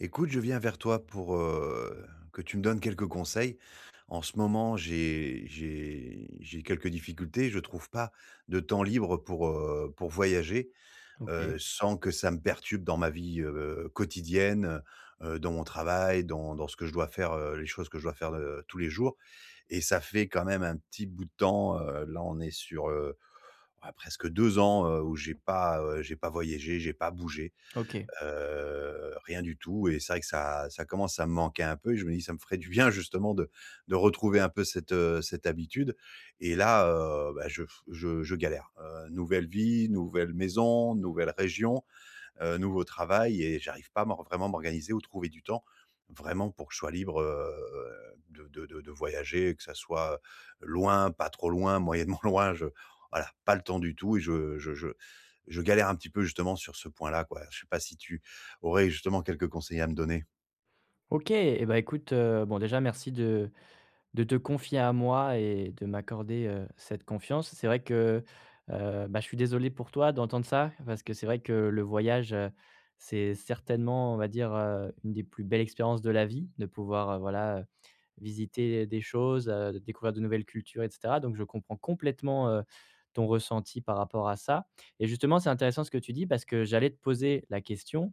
Écoute, je viens vers toi pour que tu me donnes quelques conseils. En ce moment, j'ai quelques difficultés. Je trouve pas de temps libre pour voyager OK. sans que ça me perturbe dans ma vie quotidienne, dans mon travail, dans ce que je dois faire, les choses que je dois faire tous les jours. Et ça fait quand même un petit bout de temps. Là, on est sur ouais, presque 2 ans où j'ai pas voyagé, j'ai pas bougé, OK. Rien du tout. Et c'est vrai que ça commence à me manquer un peu et je me dis: «Ça me ferait du bien justement de retrouver un peu cette habitude.» Et là, bah, je galère. Nouvelle vie, nouvelle maison, nouvelle région, nouveau travail, et j'arrive pas à m'or vraiment m'organiser ou trouver du temps, vraiment, pour que je sois libre, de voyager, que ça soit loin, pas trop loin, moyennement loin, je voilà, pas le temps du tout, et je galère un petit peu justement sur ce point-là, quoi. Je sais pas si tu aurais justement quelques conseils à me donner? OK et bah, écoute, bon déjà merci de te confier à moi et de m'accorder, cette confiance. C'est vrai que, bah, je suis désolé pour toi d'entendre ça parce que c'est vrai que le voyage, c'est certainement, on va dire, une des plus belles expériences de la vie, de pouvoir, voilà, visiter des choses, de découvrir de nouvelles cultures et cetera. Donc je comprends complètement, ton ressenti par rapport à ça et justement, c'est intéressant ce que tu dis parce que j'allais te poser la question,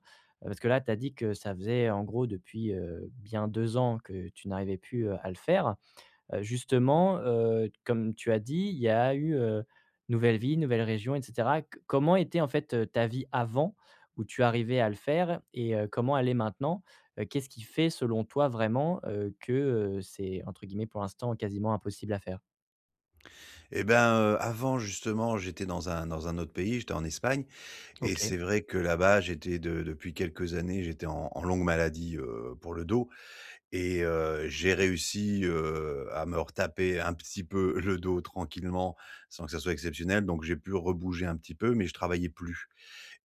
parce que là, tu as dit que ça faisait en gros depuis, bien 2 ans que tu n'arrivais plus, à le faire. Justement, comme tu as dit, il y a eu, nouvelle vie, nouvelle région et cetera. C comment était en fait, ta vie avant où tu arrivais à le faire et comment elle est maintenant? Qu'est-ce qui fait selon toi vraiment, que, c'est entre guillemets «pour l'instant quasiment impossible à faire»? Et ben, avant justement, j'étais dans un autre pays, j'étais en Espagne, et c'est OK. vrai que là-bas, j'étais de depuis quelques années, j'étais en longue maladie, pour le dos. Et j'ai réussi, à me retaper un petit peu le dos tranquillement, sans que ça soit exceptionnel, donc j'ai pu rebouger un petit peu, mais je travaillais plus.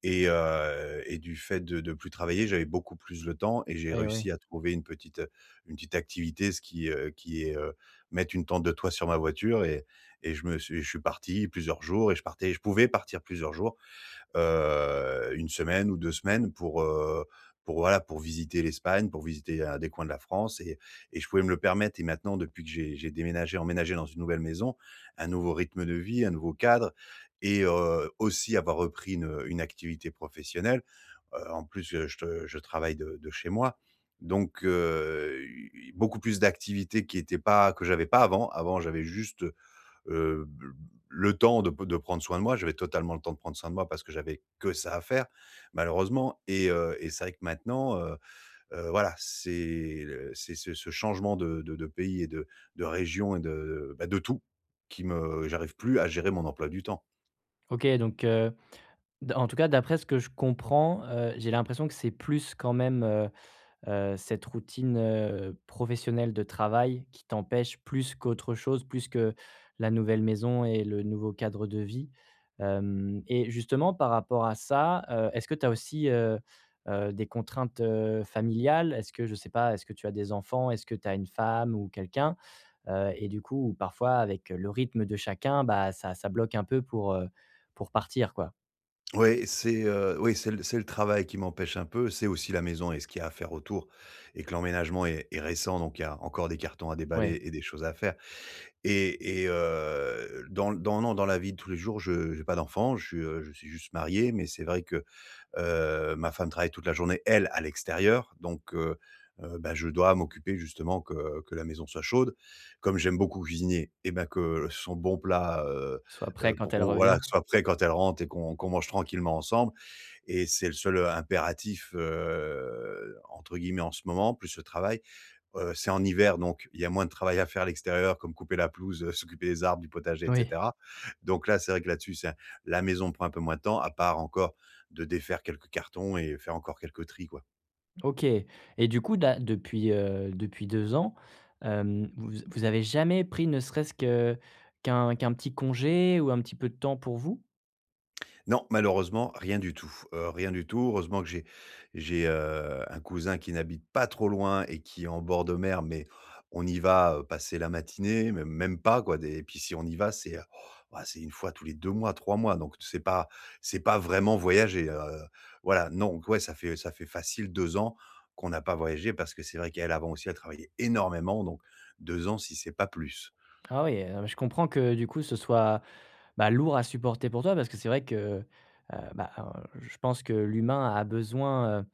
Et du fait de plus travailler, j'avais beaucoup plus le temps et j'ai Oui, oui. réussi à trouver une petite activité, ce qui, mettre une tente de toit sur ma voiture. Et je suis parti plusieurs jours, et je pouvais partir plusieurs jours, 1 semaine ou 2 semaines pour, voilà, pour visiter l'Espagne, pour visiter, des coins de la France, et je pouvais me le permettre. Et maintenant, depuis que j'ai déménagé, emménagé dans une nouvelle maison, un nouveau rythme de vie, un nouveau cadre, et aussi avoir repris une activité professionnelle. En plus, je travaille de chez moi, donc beaucoup plus d'activités qui étaient pas que j'avais pas avant. Avant, j'avais juste, heu, le temps de prendre soin de moi. J'avais totalement le temps de prendre soin de moi parce que j'avais que ça à faire, malheureusement. Et c'est vrai que maintenant, voilà, c'est ce changement de pays et de région, et de, bah, de tout, qui me j'arrive plus à gérer mon emploi du temps. OK donc d en tout cas d'après ce que je comprends, j'ai l'impression que c'est plus quand même, cette routine, professionnelle de travail qui t'empêche plus qu'autre chose, plus que la nouvelle maison et le nouveau cadre de vie. Hem et justement par rapport à ça, est-ce que tu as aussi, des contraintes, familiales? Est-ce que je sais pas, est-ce que tu as des enfants? Est-ce que tu as une femme ou quelqu'un? Et du coup, parfois avec le rythme de chacun, bah, ça bloque un peu pour partir quoi. Oui, oui, c'est le travail qui m'empêche un peu, c'est aussi la maison et ce qu'il y a à faire autour, et que l'emménagement est récent, donc il y a encore des cartons à Oui. déballer et des choses à faire. Et, dans dans non, dans la vie de tous les jours, je n'ai pas d'enfant, je suis, juste marié, mais c'est vrai que, ma femme travaille toute la journée, elle, à l'extérieur, donc bah, je dois m'occuper justement que la maison soit chaude. Comme j'aime beaucoup cuisiner, et ben que son bon plat, Soit prêt quand pour elle qu'on revient. voilà, que ce soit prêt quand elle rentre et qu'on mange tranquillement ensemble, et c'est le seul impératif, entre guillemets «en ce moment», plus le travail. C'est en hiver, donc il y a moins de travail à faire à l'extérieur, comme couper la pelouse, s'occuper des arbres, du potager, et Oui. cetera. Donc là, c'est vrai que là-dessus, c'est la maison prend un peu moins de temps, à part encore de défaire quelques cartons et faire encore quelques tris, quoi. OK et du coup là, depuis 2 ans, vous avez jamais pris ne serait-ce que qu'un petit congé ou un petit peu de temps pour vous? Non, malheureusement, rien du tout, rien du tout. Heureusement que un cousin qui n'habite pas trop loin et qui est en bord de mer, mais on y va, passer la matinée, même pas, quoi. Des Et puis si on y va, c'est, bah, c'est 1 fois tous les 2 mois, 3 mois, donc c'est pas vraiment voyager, voilà, non. Donc ouais, ça fait facile 2 ans qu'on n'a pas voyagé, parce que c'est vrai qu'elle, avant aussi, elle travaillait énormément, donc 2 ans, si c'est pas plus. Ah oui, je comprends que du coup ce soit bah, lourd à supporter pour toi parce que c'est vrai que, bah, je pense que l'humain a besoin,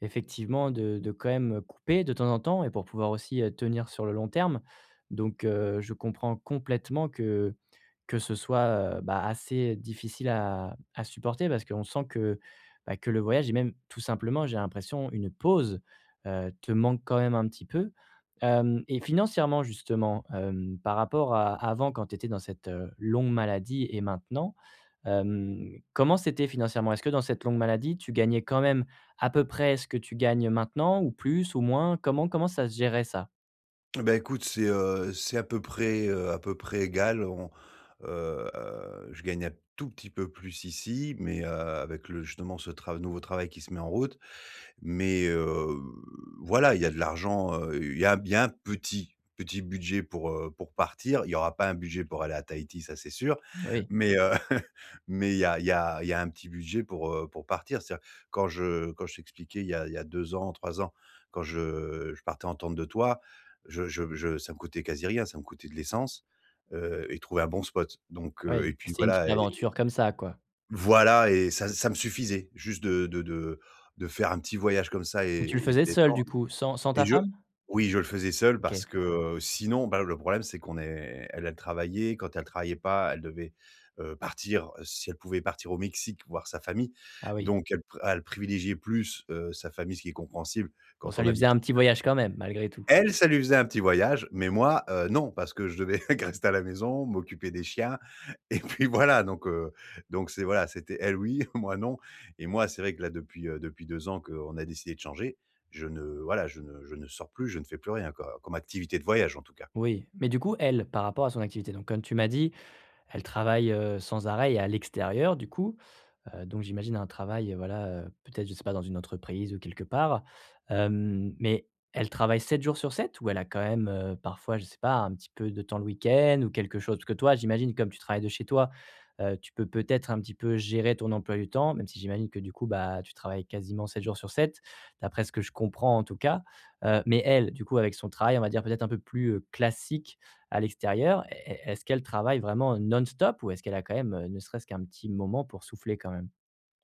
effectivement de quand même, couper de temps en temps et pour pouvoir aussi, tenir sur le long terme. Donc, je comprends complètement que ce soit, bah, assez difficile à supporter parce qu'on sent que, bah, que le voyage et même tout simplement, j'ai l'impression, une pause, te manque quand même un petit peu. Hem et financièrement justement, par rapport à avant quand tu étais dans cette, longue maladie et maintenant, comment c'était financièrement? Est-ce que dans cette longue maladie, tu gagnais quand même à peu près ce que tu gagnes maintenant ou plus ou moins? Comment ça se gérait ça? Bah, écoute, c'est à peu près égal. Heu, je gagne un tout petit peu plus ici, mais, avec le justement ce trav nouveau travail qui se met en route, mais voilà, il y a de l'argent, il y a un petit petit budget pour, partir. Il y aura pas un budget pour aller à Tahiti, ça c'est sûr, Oui, mais, mais il y a il y a il y a un petit budget pour, partir. C'est-à-dire, quand je t'expliquais il y a 2 ans, 3 ans, quand je partais en tente de toit, je ça me coûtait quasi rien, ça me coûtait de l'essence, et trouver un bon spot, donc oui, et puis c'était une petite voilà. aventure comme ça, quoi. Voilà, et ça me suffisait juste de faire un petit voyage comme ça Mais tu le et me faisais seul du détendre. coup, sans ta Et je femme? Oui, je le faisais seul, parce OK. que, sinon, bah, le problème c'est qu'on est elle, elle travaillait, quand elle travaillait pas, elle devait, partir, si elle pouvait partir au Mexique voir sa famille. Ah oui. Donc elle privilégiait plus, sa famille, ce qui est compréhensible Bon quand ça on lui faisait habite. un petit voyage quand même, malgré tout. Elle, ça lui faisait un petit voyage, mais moi, non, parce que je devais rester à la maison, m'occuper des chiens, et puis voilà. Donc c'est voilà, c'était elle, oui, moi non. Et moi, c'est vrai que là, depuis, 2 ans qu'on a décidé de changer, je ne voilà, je ne sors plus, je ne fais plus rien, quoi, comme activité de voyage en tout cas. Oui, mais du coup elle, par rapport à son activité, donc comme tu m'as dit, elle travaille, sans arrêt et à l'extérieur du coup. Donc j'imagine un travail, voilà, peut-être, je sais pas, dans une entreprise ou quelque part. Mais elle travaille 7 jours sur 7 ou elle a quand même, parfois, je sais pas, un petit peu de temps le week-end ou quelque chose? Parce que toi, j'imagine comme tu travailles de chez toi, tu peux peut-être un petit peu gérer ton emploi du temps, même si j'imagine que du coup, bah, tu travailles quasiment 7 jours sur 7 d'après ce que je comprends en tout cas. Mais elle, du coup, avec son travail, on va dire peut-être un peu plus, classique à l'extérieur, est-ce qu'elle travaille vraiment non-stop ou est-ce qu'elle a quand même, ne serait-ce qu'un petit moment pour souffler quand même?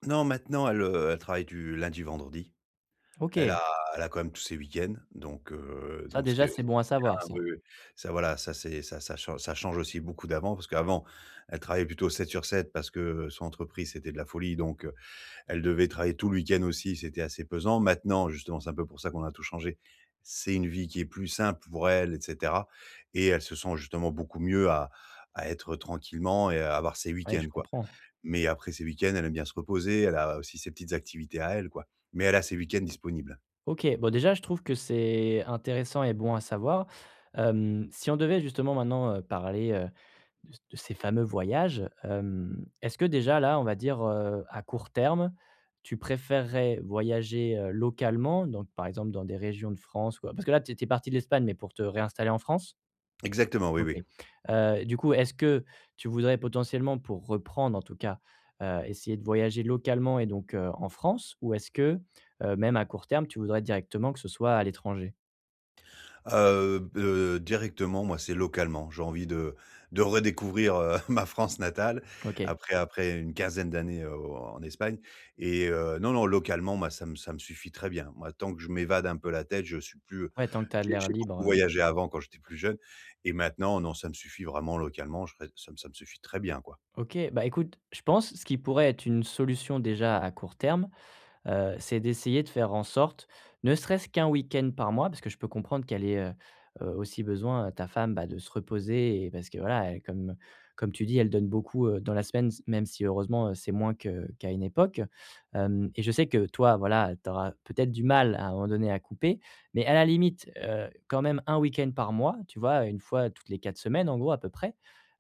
Non, maintenant, elle, elle travaille du lundi, vendredi. Elle a OK, Elle a quand même tous ses week-ends, donc, ça ce qui déjà est c'est ce bon qui à est savoir bien, ça. oui, oui. Ça, voilà, ça c'est ça, ça change aussi beaucoup d'avant, parce qu'avant, elle travaillait plutôt 7 sur sept, parce que son entreprise, c'était de la folie, donc elle devait travailler tout le week-end aussi, c'était assez pesant. Maintenant, justement, c'est un peu pour ça qu'on a tout changé. C'est une vie qui est plus simple pour elle, et cetera, et elle se sent justement beaucoup mieux à être tranquillement et à avoir ses Ouais, je week-ends, quoi. comprends. Mais après, ses week-ends, elle aime bien se reposer, elle a aussi ses petites activités à elle, quoi. Mais elle a ses week-ends disponibles. OK, bon déjà je trouve que c'est intéressant et bon à savoir. Si on devait justement maintenant, parler, de ces fameux voyages, est-ce que déjà là, on va dire, à court terme, tu préférerais voyager, localement, donc par exemple dans des régions de France ou parce que là tu étais parti de l'Espagne, mais pour te réinstaller en France? Exactement, oui, OK. oui. Du coup, est-ce que tu voudrais potentiellement pour reprendre en tout cas, essayer de voyager localement et donc, en France? Ou est-ce que, même à court terme, tu voudrais directement que ce soit à l'étranger? Directement, moi, c'est localement. J'ai envie de redécouvrir, ma France natale, OK. Après une quinzaine d'années, en Espagne. Et non, non, localement, moi, ça me suffit très bien. Moi, tant que je m'évade un peu la tête, je suis plus. Ouais, tant que tu as l'air J'ai libre, beaucoup heu voyagé avant, quand j'étais plus jeune, et maintenant, non, ça me suffit vraiment localement, je reste ça me suffit très bien, quoi. OK, bah, écoute, je pense ce qui pourrait être une solution déjà à court terme, c'est d'essayer de faire en sorte, ne serait-ce qu'un week-end par mois, parce que je peux comprendre qu'elle ait, aussi besoin, ta femme, bah, de se reposer et parce que voilà, elle comme tu dis, elle donne beaucoup, dans la semaine, s même si heureusement, c'est moins que qu'à une époque. Hem et je sais que toi, voilà, tu auras peut-être du mal à un moment donné à couper, mais à la limite, quand même un week-end par mois, tu vois? Une fois toutes les 4 semaines, en gros, à peu près.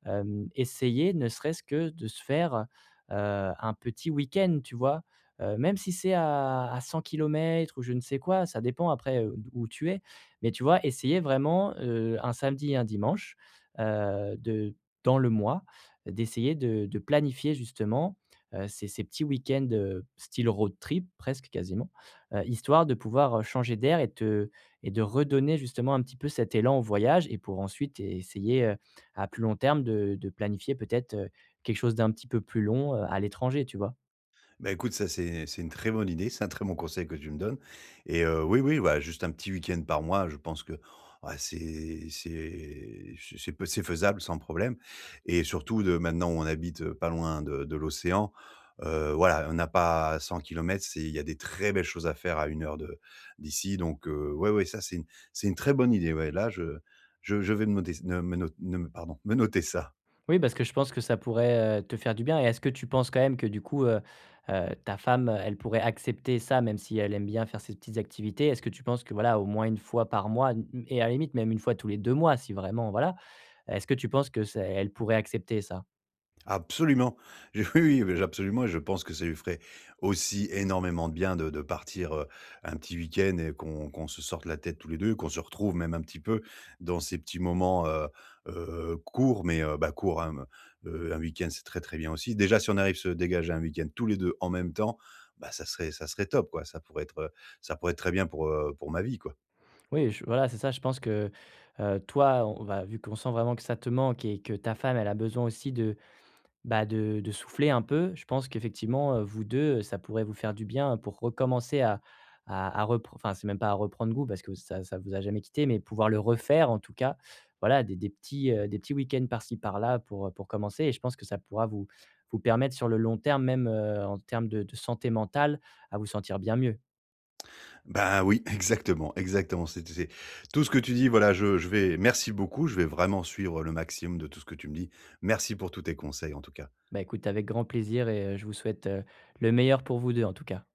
Essayer ne serait-ce que de se faire, un petit week-end, tu vois? Même si c'est à 100 kilomètres ou je ne sais quoi, ça dépend après, où tu es. Mais tu vois, essayer vraiment, un samedi et un dimanche, de dans le mois, d'essayer de planifier justement, ces petits week-ends, style road trip presque quasiment, histoire de pouvoir, changer d'air et de redonner justement un petit peu cet élan au voyage et pour ensuite essayer, à plus long terme de planifier peut-être, quelque chose d'un petit peu plus long, à l'étranger, tu vois? Bah, écoute, ça, c'est une très bonne idée, c'est un très bon conseil que tu me donnes. Et oui, oui, voilà, juste un petit week-end par mois, je pense que, ah, c'est faisable sans problème, et surtout de maintenant où on habite, pas loin de l'océan, voilà, on n'a pas 100 kilomètres, c'est il y a des très belles choses à faire à une heure de d'ici. Donc, ouais, ouais, ça, c'est une très bonne idée. Ouais, là, je vais me noter, ne me note, ne, pardon, me noter ça. Oui, parce que je pense que ça pourrait, te faire du bien et est-ce que tu penses quand même que du coup, ta femme, elle pourrait accepter ça même si elle aime bien faire ses petites activités? Est-ce que tu penses que voilà, au moins une fois par mois n et à la limite même une fois tous les 2 mois si vraiment voilà, est-ce que tu penses que ça, elle pourrait accepter ça? Absolument. Je oui, oui, absolument, et je pense que ça lui ferait aussi énormément de bien de partir, un petit week-end, et qu'on se sorte la tête tous les 2, qu'on se retrouve même un petit peu dans ces petits moments, courts, mais, bah, courts, hein, me un week-end, c'est très, très bien aussi. Déjà, si on arrive à se dégager un week-end tous les 2 en même temps, bah, ça serait top, quoi. Ça pourrait être très bien pour ma vie, quoi. Oui, je voilà, c'est ça, je pense que, toi, on va vu qu'on sent vraiment que ça te manque et que ta femme, elle a besoin aussi de bah, de souffler un peu. Je pense qu'effectivement, vous 2, ça pourrait vous faire du bien pour recommencer à repren enfin, c'est même pas à reprendre goût parce que ça vous a jamais quitté, mais pouvoir le refaire en tout cas. Voilà, des petits week-ends par-ci par-là pour commencer et je pense que ça pourra vous permettre sur le long terme, même, en termes de santé mentale, à vous sentir bien mieux. Bah, oui, exactement, exactement. C'est tout ce que tu dis, voilà, je vais merci beaucoup, je vais vraiment suivre le maximum de tout ce que tu me dis. Merci pour tous tes conseils, en tout cas. Bah, écoute, avec grand plaisir et je vous souhaite, le meilleur pour vous 2 en tout cas.